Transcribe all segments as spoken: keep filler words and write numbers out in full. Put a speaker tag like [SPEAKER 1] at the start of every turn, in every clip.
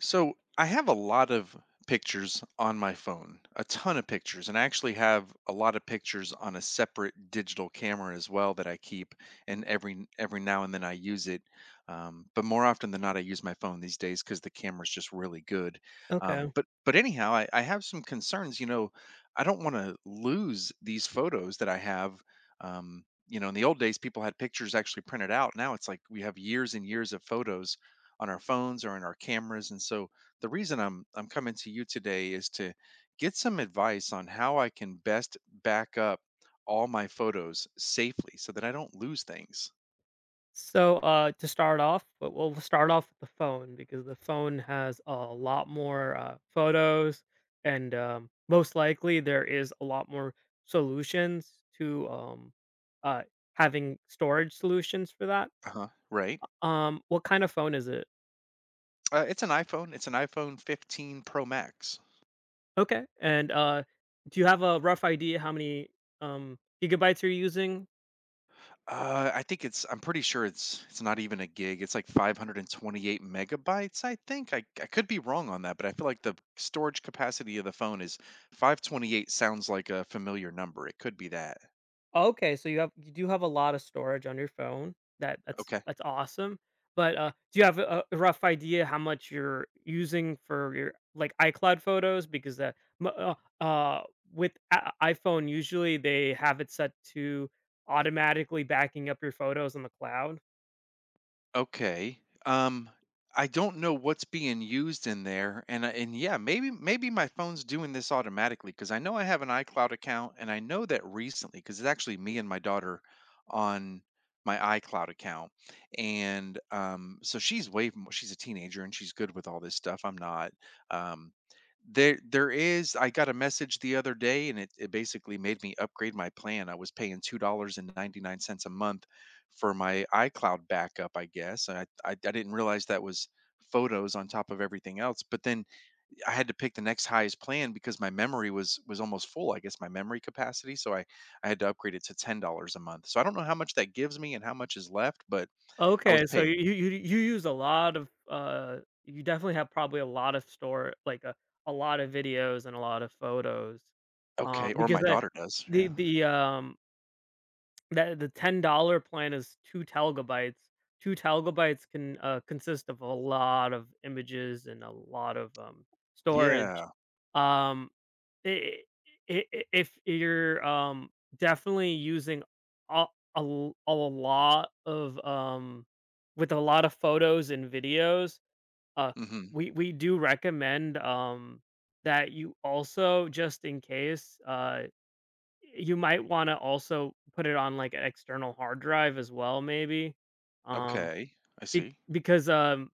[SPEAKER 1] So I have a lot of pictures on my phone, a ton of pictures, and I actually have a lot of pictures on a separate digital camera as well that I keep, and every every now and then I use it. Um, but more often than not, I use my phone these days because the camera's just really good. Um,
[SPEAKER 2] Okay.
[SPEAKER 1] but but anyhow, I, I have some concerns. You know, I don't want to lose these photos that I have. Um, you know, in the old days, people had pictures actually printed out. Now it's like we have years and years of photos on our phones or in our cameras. And so the reason I'm I'm coming to you today is to get some advice on how I can best back up all my photos safely so that I don't lose things.
[SPEAKER 2] So, uh, to start off, but we'll we'll start off with the phone because the phone has a lot more uh, photos, and um, most likely there is a lot more solutions to, um, uh, having storage solutions for that.
[SPEAKER 1] Uh-huh. Right?
[SPEAKER 2] Um, what kind of phone is it?
[SPEAKER 1] Uh, it's an iPhone. It's an iPhone fifteen Pro Max.
[SPEAKER 2] Okay. And uh, do you have a rough idea how many um, gigabytes you're using?
[SPEAKER 1] Uh, I think it's. I'm pretty sure it's. It's not even a gig. It's like five hundred twenty-eight megabytes. I think. I I could be wrong on that, but I feel like the storage capacity of the phone is five twenty-eight. Sounds like a familiar number. It could be that.
[SPEAKER 2] Okay, so you have you do have a lot of storage on your phone. That that's that's awesome. But uh, do you have a, a rough idea how much you're using for your, like, iCloud photos? Because that m- uh, uh, with a- iPhone usually they have it set to automatically backing up your photos on the cloud.
[SPEAKER 1] Okay. Um, I don't know what's being used in there, and I- and yeah, maybe maybe my phone's doing this automatically because I know I have an iCloud account, and I know that recently because it's actually me and my daughter on my iCloud account, and um, so she's way more, she's a teenager and she's good with all this stuff. I'm not. Um, there there is I got a message the other day, and it it basically made me upgrade my plan. I was paying two dollars and ninety nine cents a month for my iCloud backup, I guess. I, I I didn't realize that was photos on top of everything else. But then I had to pick the next highest plan because my memory was was almost full. I guess my memory capacity, so I I had to upgrade it to ten dollars a month. So I don't know how much that gives me and how much is left, but I was
[SPEAKER 2] Okay, so
[SPEAKER 1] paying.
[SPEAKER 2] you you you use a lot of, uh, you definitely have probably a lot of store, like, a, a lot of videos and a lot of photos, um,
[SPEAKER 1] Okay, or
[SPEAKER 2] because
[SPEAKER 1] my
[SPEAKER 2] the
[SPEAKER 1] daughter does.
[SPEAKER 2] the
[SPEAKER 1] Yeah,
[SPEAKER 2] the um That the ten dollars plan is two telgibytes. two telgibytes can, uh, consist of a lot of images and a lot of, um, storage.
[SPEAKER 1] yeah.
[SPEAKER 2] Um, I I I if you're, um, definitely using a a l a lot, of, um with a lot of photos and videos, uh,
[SPEAKER 1] hmm
[SPEAKER 2] we we do recommend, um, that you also, just in case, uh you might wanna also put it on, like, an external hard drive as well, maybe, um,
[SPEAKER 1] Okay, I
[SPEAKER 2] be
[SPEAKER 1] see.
[SPEAKER 2] because, um,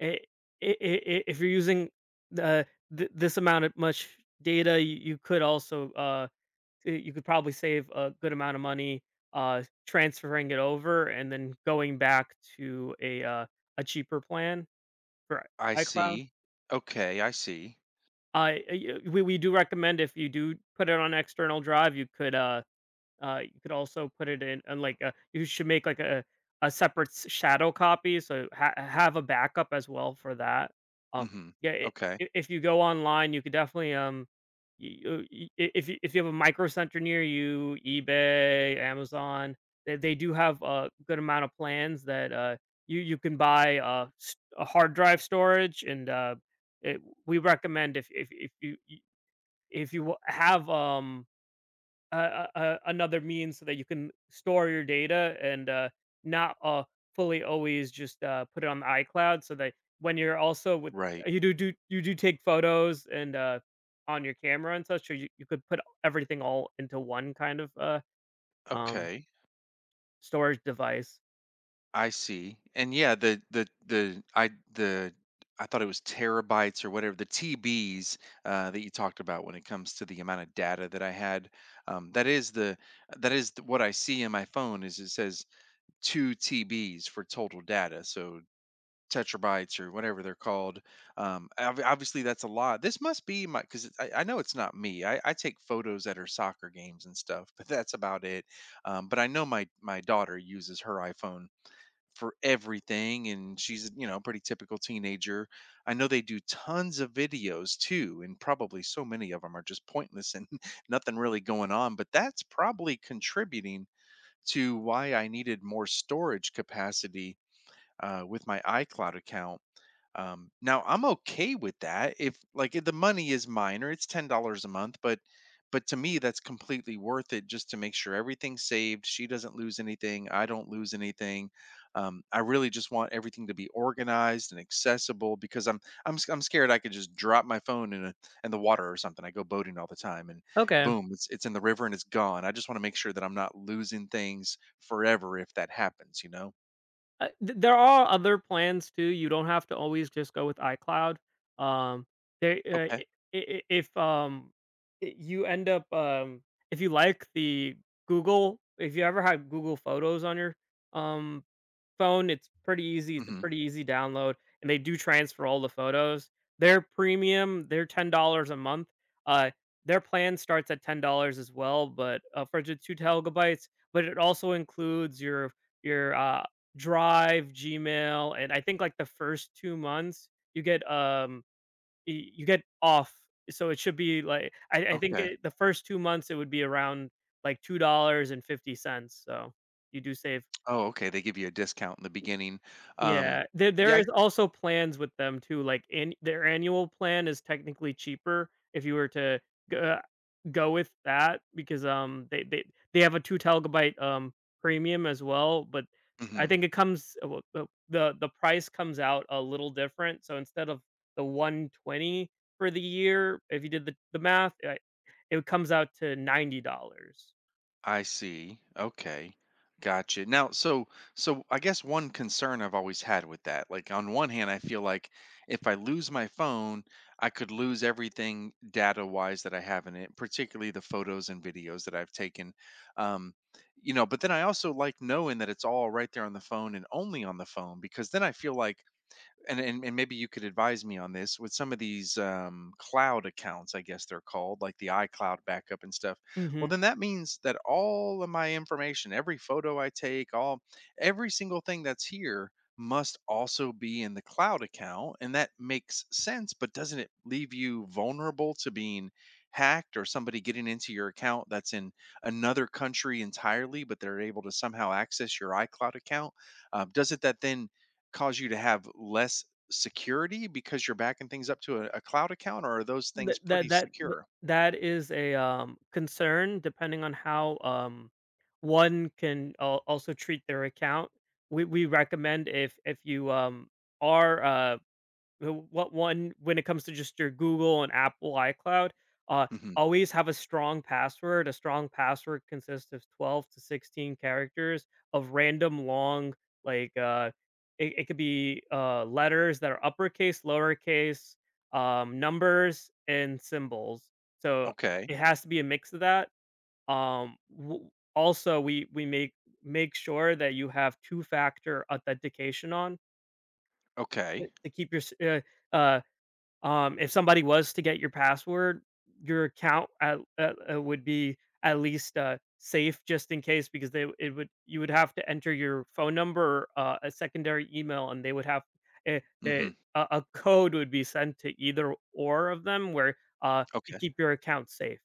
[SPEAKER 2] I I I if you're using the th this amount of much data, you you could also, uh, y you could probably save a good amount of money, uh, transferring it over and then going back to a, uh, a cheaper plan for
[SPEAKER 1] I
[SPEAKER 2] iCloud.
[SPEAKER 1] see. Okay, I see.
[SPEAKER 2] I, uh, y we we do recommend if you do put it on external drive, you could, uh Uh, you could also put it in and, like, uh, you should make, like, a a separate s- shadow copy, so ha- have a backup as well for that. Um,
[SPEAKER 1] hmm
[SPEAKER 2] yeah, i-
[SPEAKER 1] Okay,
[SPEAKER 2] i- if you go online, you could definitely, um, you, if you, if you have a micro center near you, eBay, Amazon, they, they do have a good amount of plans that, uh you you can buy uh s- a hard drive storage. And uh it, we recommend if, if if you, you- if you have, um uh, uh, uh, another means so that you can store your data and, uh, not, uh, fully always just, uh, put it on the iCloud. So that when you're also with
[SPEAKER 1] right.
[SPEAKER 2] you do do you do take photos and, uh, on your camera and such, so you, you could put everything all into one kind of, uh, um,
[SPEAKER 1] Okay.
[SPEAKER 2] storage device.
[SPEAKER 1] I see. And yeah, the the the I the I thought it was terabytes or whatever the T Bs uh, that you talked about when it comes to the amount of data that I had. Um, that is the that is th- what I see in my phone is it says two T Bs for total data. So tetrabytes or whatever they're called. Um, ob- obviously, that's a lot. This must be my because I, I know it's not me. I, I take photos at her soccer games and stuff, but that's about it. Um, but I know my my daughter uses her iPhone for everything and she's you know a pretty typical teenager. I know they do tons of videos too and probably so many of them are just pointless and nothing really going on, but that's probably contributing to why I needed more storage capacity uh, with my icloud account. Um, now I'm okay with that, if like if the money is minor, it's ten dollars a month, but but to me that's completely worth it just to make sure everything's saved. She doesn't lose anything, I don't lose anything. Um, I really just want everything to be organized and accessible because I'm I'm s- I'm scared I could just drop my phone in a in the water or something. I go boating all the time and
[SPEAKER 2] Okay.
[SPEAKER 1] boom, it's it's in the river and it's gone. I just want to make sure that I'm not losing things forever if that happens, you know?
[SPEAKER 2] Uh, th There are other plans too. You don't have to always just go with iCloud. Um, there, uh,
[SPEAKER 1] Okay.
[SPEAKER 2] I I if, um, I you end up, um if you like the Google, if you ever had Google Photos on your, um phone, it's pretty easy. It's a
[SPEAKER 1] hmm
[SPEAKER 2] pretty easy download, and they do transfer all the photos. Their premium, they're ten dollars a month. Uh, their plan starts at ten dollars as well, but, uh, for the two terabytes. But it also includes your your uh, Drive, Gmail, and I think, like, the first two months you get, um y- you get off. So it should be like, I, I think
[SPEAKER 1] Okay.
[SPEAKER 2] it, the first two months it would be around like two dollars and fifty cents. So you do save.
[SPEAKER 1] Oh, okay, they give you a discount in the beginning. Um,
[SPEAKER 2] Yeah, there
[SPEAKER 1] yeah,
[SPEAKER 2] there
[SPEAKER 1] I,
[SPEAKER 2] is also plans with them too, like, in their annual plan is technically cheaper if you were to go, uh, go with that because, um, they they they have a two terabyte, um, premium as well, but I
[SPEAKER 1] mhm,
[SPEAKER 2] think it comes, uh, well, the the the price comes out a little different. So instead of the one twenty for the year, if you did the the math, uh, it comes out to ninety dollars.
[SPEAKER 1] I see. Okay, gotcha. Now, so so I guess one concern I've always had with that, like on one hand, I feel like if I lose my phone, I could lose everything data-wise that I have in it, particularly the photos and videos that I've taken. Um, you know, but then I also like knowing that it's all right there on the phone and only on the phone because then I feel like and, and and maybe you could advise me on this with some of these um, cloud accounts, I guess they're called, like the iCloud backup and stuff. Well, then that means that all of my information, every photo I take, all every single thing that's here must also be in the cloud account, and that makes sense. But doesn't it leave you vulnerable to being hacked or somebody getting into your account that's in another country entirely, but they're able to somehow access your iCloud account? Um, doesn't that then cause you to have less security because you're backing things up to a, a cloud account, or are those
[SPEAKER 2] Th
[SPEAKER 1] things
[SPEAKER 2] that
[SPEAKER 1] pretty
[SPEAKER 2] that th
[SPEAKER 1] secure?
[SPEAKER 2] that is a, um, concern depending on how, um, one can, al also treat their account. We we recommend if if you, um, are, uh uh, what one, when it comes to just your Google and Apple iCloud, uh,
[SPEAKER 1] hmm
[SPEAKER 2] always have a strong password. A strong password consists of twelve to sixteen characters of random, long, like, uh, it, it could be, uh, letters that are uppercase, lowercase, um, numbers, and symbols. So
[SPEAKER 1] Okay.
[SPEAKER 2] it has to be a mix of that. Um, w- Also, we we make make sure that you have two factor authentication on
[SPEAKER 1] Okay.
[SPEAKER 2] it to keep your s- uh, uh, um, if somebody was to get your password, your account at, uh, uh, would be at least, uh, safe just in case because they it would you would have to enter your phone number, uh, a secondary email, and they would have, eh, they,
[SPEAKER 1] hmm
[SPEAKER 2] a, a code would be sent to either or of them where, uh, to
[SPEAKER 1] Okay.
[SPEAKER 2] keep your account safe.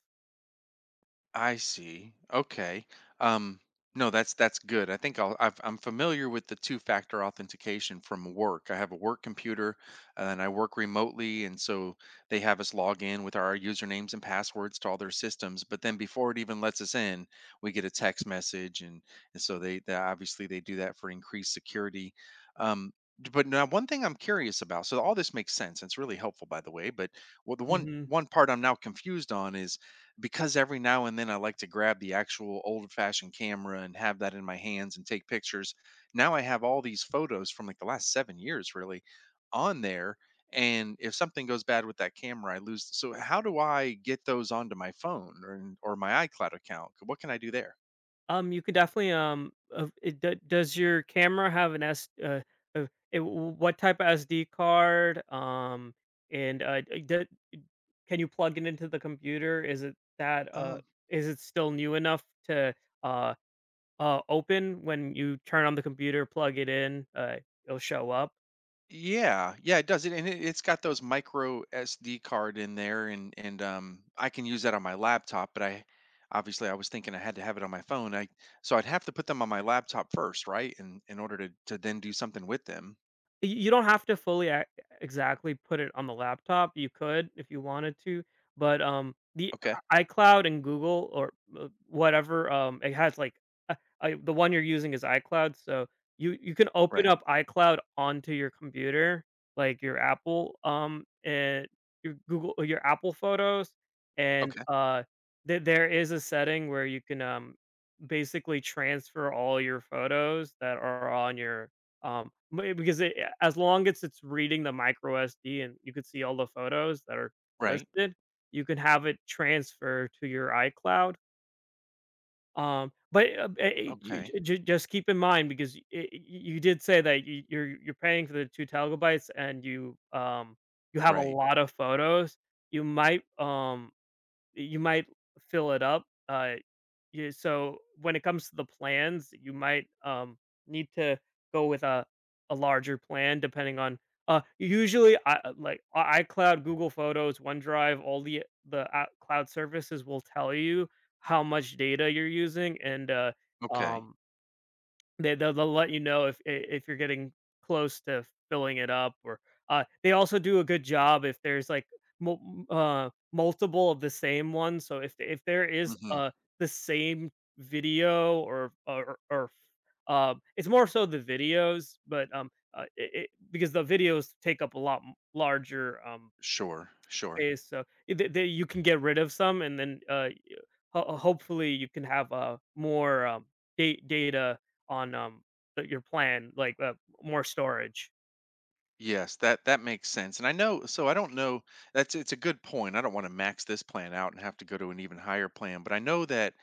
[SPEAKER 1] I see. Okay. Um, no, that's that's good. I think I'll, I've, I'm familiar with the two-factor authentication from work. I have a work computer, and I work remotely, and so they have us log in with our usernames and passwords to all their systems. But then before it even lets us in, we get a text message, and, and so they, they obviously they do that for increased security. Um, d- but now one thing I'm curious about. So all this makes sense. It's really helpful, by the way. But well, the one
[SPEAKER 2] Mhm.
[SPEAKER 1] one part I'm now confused on is because every now and then I like to grab the actual old fashioned camera and have that in my hands and take pictures. Now I have all these photos from like the last seven years really on there. And if something goes bad with that camera, I lose. So how do I get those onto my phone or, or my iCloud account? What can I do there?
[SPEAKER 2] Um, you can definitely, um, of it, d does your camera have an S, uh, uh, eh, what type of S D card? Um, and, uh, d d can you plug it into the computer? Is it that, uh
[SPEAKER 1] Um,
[SPEAKER 2] is it still new enough to, uh uh, open when you turn on the computer, plug it in, uh, it'll show up?
[SPEAKER 1] Yeah, yeah, it does. It and it, it's got those micro S D card in there, and and um, I can use that on my laptop. But I Obviously I was thinking I had to have it on my phone. I so I'd have to put them on my laptop first, right? And in in order to to then do something with them.
[SPEAKER 2] Y You don't have to fully, e exactly put it on the laptop. You could if you wanted to, but, um, the
[SPEAKER 1] Okay,
[SPEAKER 2] I iCloud and Google, or, uh, whatever, um, it has, like, uh, I the one you're using is iCloud. So you you can open
[SPEAKER 1] right.
[SPEAKER 2] up iCloud onto your computer, like your Apple, um, and your Google or your Apple Photos. And,
[SPEAKER 1] Okay,
[SPEAKER 2] uh, the there is a setting where you can, um, basically transfer all your photos that are on your, um, may because it, as long as it's reading the micro S D and you could see all the photos that are
[SPEAKER 1] right.
[SPEAKER 2] listed, you can have it transfer to your iCloud. Um, but, uh, eh, j
[SPEAKER 1] Okay,
[SPEAKER 2] j j Just keep in mind because y y you did say that y you're you're paying for the two terabytes and you, um, you have a
[SPEAKER 1] right.
[SPEAKER 2] lot of photos. You might, um you might fill it up, uh, yeah, so when it comes to the plans, you might, um, need to go with a a larger plan depending on, uh, usually, I uh, like, I iCloud, Google Photos, OneDrive, all the the, uh, cloud services will tell you how much data you're using and, uh,
[SPEAKER 1] Okay.
[SPEAKER 2] um they they'll they'll let you know if, I if you're getting close to filling it up. Or, uh, they also do a good job if there's, like, mul uh, multiple of the same one. So if if there is,
[SPEAKER 1] hmm
[SPEAKER 2] uh, the same video, or or or, um, it's more so the videos, but, um, uh, it, it, because the videos take up a lot m larger, um
[SPEAKER 1] Sure, sure.
[SPEAKER 2] space. So, I they they you can get rid of some, and then, uh, y ho hopefully, you can have, uh, more, um, da data on, um, uh, your plan, like, uh, more storage.
[SPEAKER 1] Yes, that that makes sense. And I know, so I don't know. That's it's a good point. I don't want to max this plan out and have to go to an even higher plan, but I know that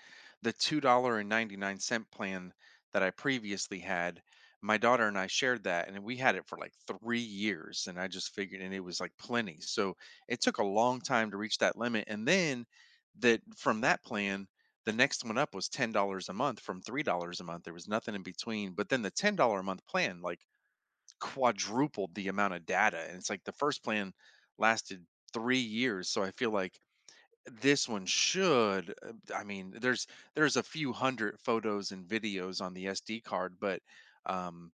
[SPEAKER 1] the two dollars and ninety-nine cents plan that I previously had, my daughter and I shared that and we had it for like three years, and I just figured and it was like plenty. So it took a long time to reach that limit, and then that from that plan the next one up was ten dollars a month from three dollars a month. There was nothing in between, but then the ten dollars a month plan like quadrupled the amount of data. And it's like the first plan lasted three years. So I feel like this one should uh, I mean there's there's a few hundred photos and videos on the sd card, but um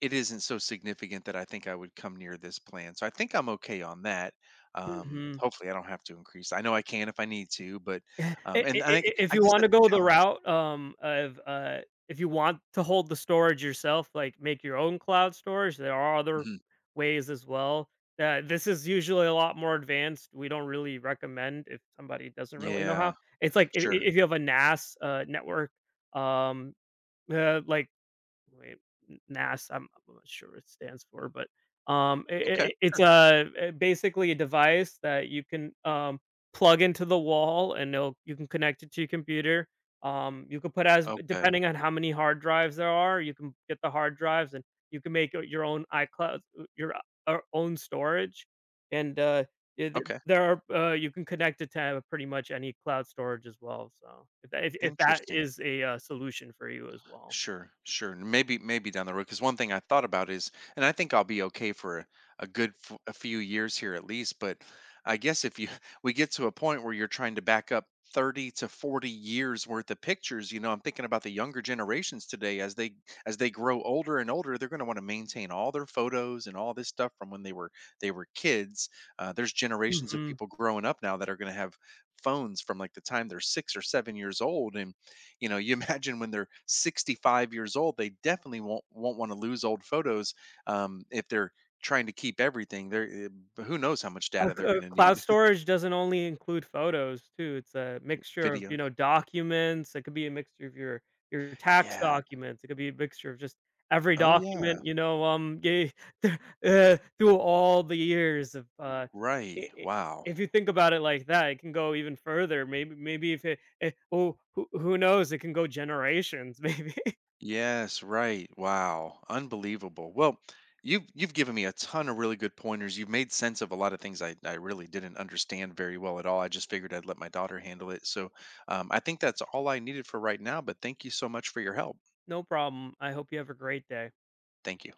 [SPEAKER 1] it isn't so significant that I think I would come near this plan, so I think I'm okay on that. um
[SPEAKER 2] Mhm.
[SPEAKER 1] hopefully I don't have to increase. I know I can if I need to, but
[SPEAKER 2] I I
[SPEAKER 1] um
[SPEAKER 2] I
[SPEAKER 1] and I think
[SPEAKER 2] If
[SPEAKER 1] I
[SPEAKER 2] you
[SPEAKER 1] guess
[SPEAKER 2] wanna
[SPEAKER 1] that's the
[SPEAKER 2] go the
[SPEAKER 1] challenge.
[SPEAKER 2] route, um, of, uh, if you want to hold the storage yourself, like, make your own cloud storage, there are other
[SPEAKER 1] Mhm.
[SPEAKER 2] ways as well. Uh, this is usually a lot more advanced. We don't really recommend if somebody doesn't really know how.
[SPEAKER 1] Yeah,
[SPEAKER 2] It's like, I
[SPEAKER 1] sure.
[SPEAKER 2] if you have a N A S, uh, network, um, uh, like wait, N- NAS. I'm, I'm not sure what it stands for, but, um, I
[SPEAKER 1] Okay,
[SPEAKER 2] I it's a, uh, basically a device that you can, um plug into the wall, and it'll, you can connect it to your computer. Um, you could put, as
[SPEAKER 1] okay,
[SPEAKER 2] depending on how many hard drives there are, you can get the hard drives, and you can make your your own iCloud, uh, your, uh, own storage, and, uh, yeah, th-
[SPEAKER 1] okay,
[SPEAKER 2] there are, uh, you can connect it to pretty much any cloud storage as well. So if that, if, if that
[SPEAKER 1] interesting.
[SPEAKER 2] is a, uh, solution for you as well.
[SPEAKER 1] Sure, sure. And maybe, maybe down the road. Because one thing I thought about is, and I think I'll be okay for a, a good f- a few years here at least. But I guess if you we get to a point where you're trying to back up thirty to forty years worth of pictures, you know, I'm thinking about the younger generations today as they as they grow older and older, they're going to want to maintain all their photos and all this stuff from when they were they were kids. Uh, there's generations of
[SPEAKER 2] Mhm.
[SPEAKER 1] people growing up now that are going to have phones from like the time they're six or seven years old, you know you imagine when they're sixty-five years old they definitely won't won't want to lose old photos um, if they're trying to keep everything there. Who knows how much
[SPEAKER 2] Uh,
[SPEAKER 1] data
[SPEAKER 2] c
[SPEAKER 1] they're
[SPEAKER 2] uh,
[SPEAKER 1] going to
[SPEAKER 2] Cloud
[SPEAKER 1] need?
[SPEAKER 2] storage doesn't only include photos too. It's a mixture of, you
[SPEAKER 1] Video.
[SPEAKER 2] know, documents. It could be a mixture of your your tax
[SPEAKER 1] Yeah,
[SPEAKER 2] documents. It could be a mixture of just every
[SPEAKER 1] oh yeah,
[SPEAKER 2] document, you know, um, ye uh, through all the years of, uh I
[SPEAKER 1] right,
[SPEAKER 2] I
[SPEAKER 1] wow.
[SPEAKER 2] if you think about it like that, it can go even further. Maybe, maybe if it, eh, who who who knows, it can go generations, maybe.
[SPEAKER 1] Yes, right, wow, unbelievable. Well, you've you've given me a ton of really good pointers. You've made sense of a lot of things i, I really didn't understand very well at all. I just figured I'd let my daughter handle it, so um, I think that's all I needed for right now, but thank you so much for your help.
[SPEAKER 2] No problem, I hope you have a great day.
[SPEAKER 1] Thank you.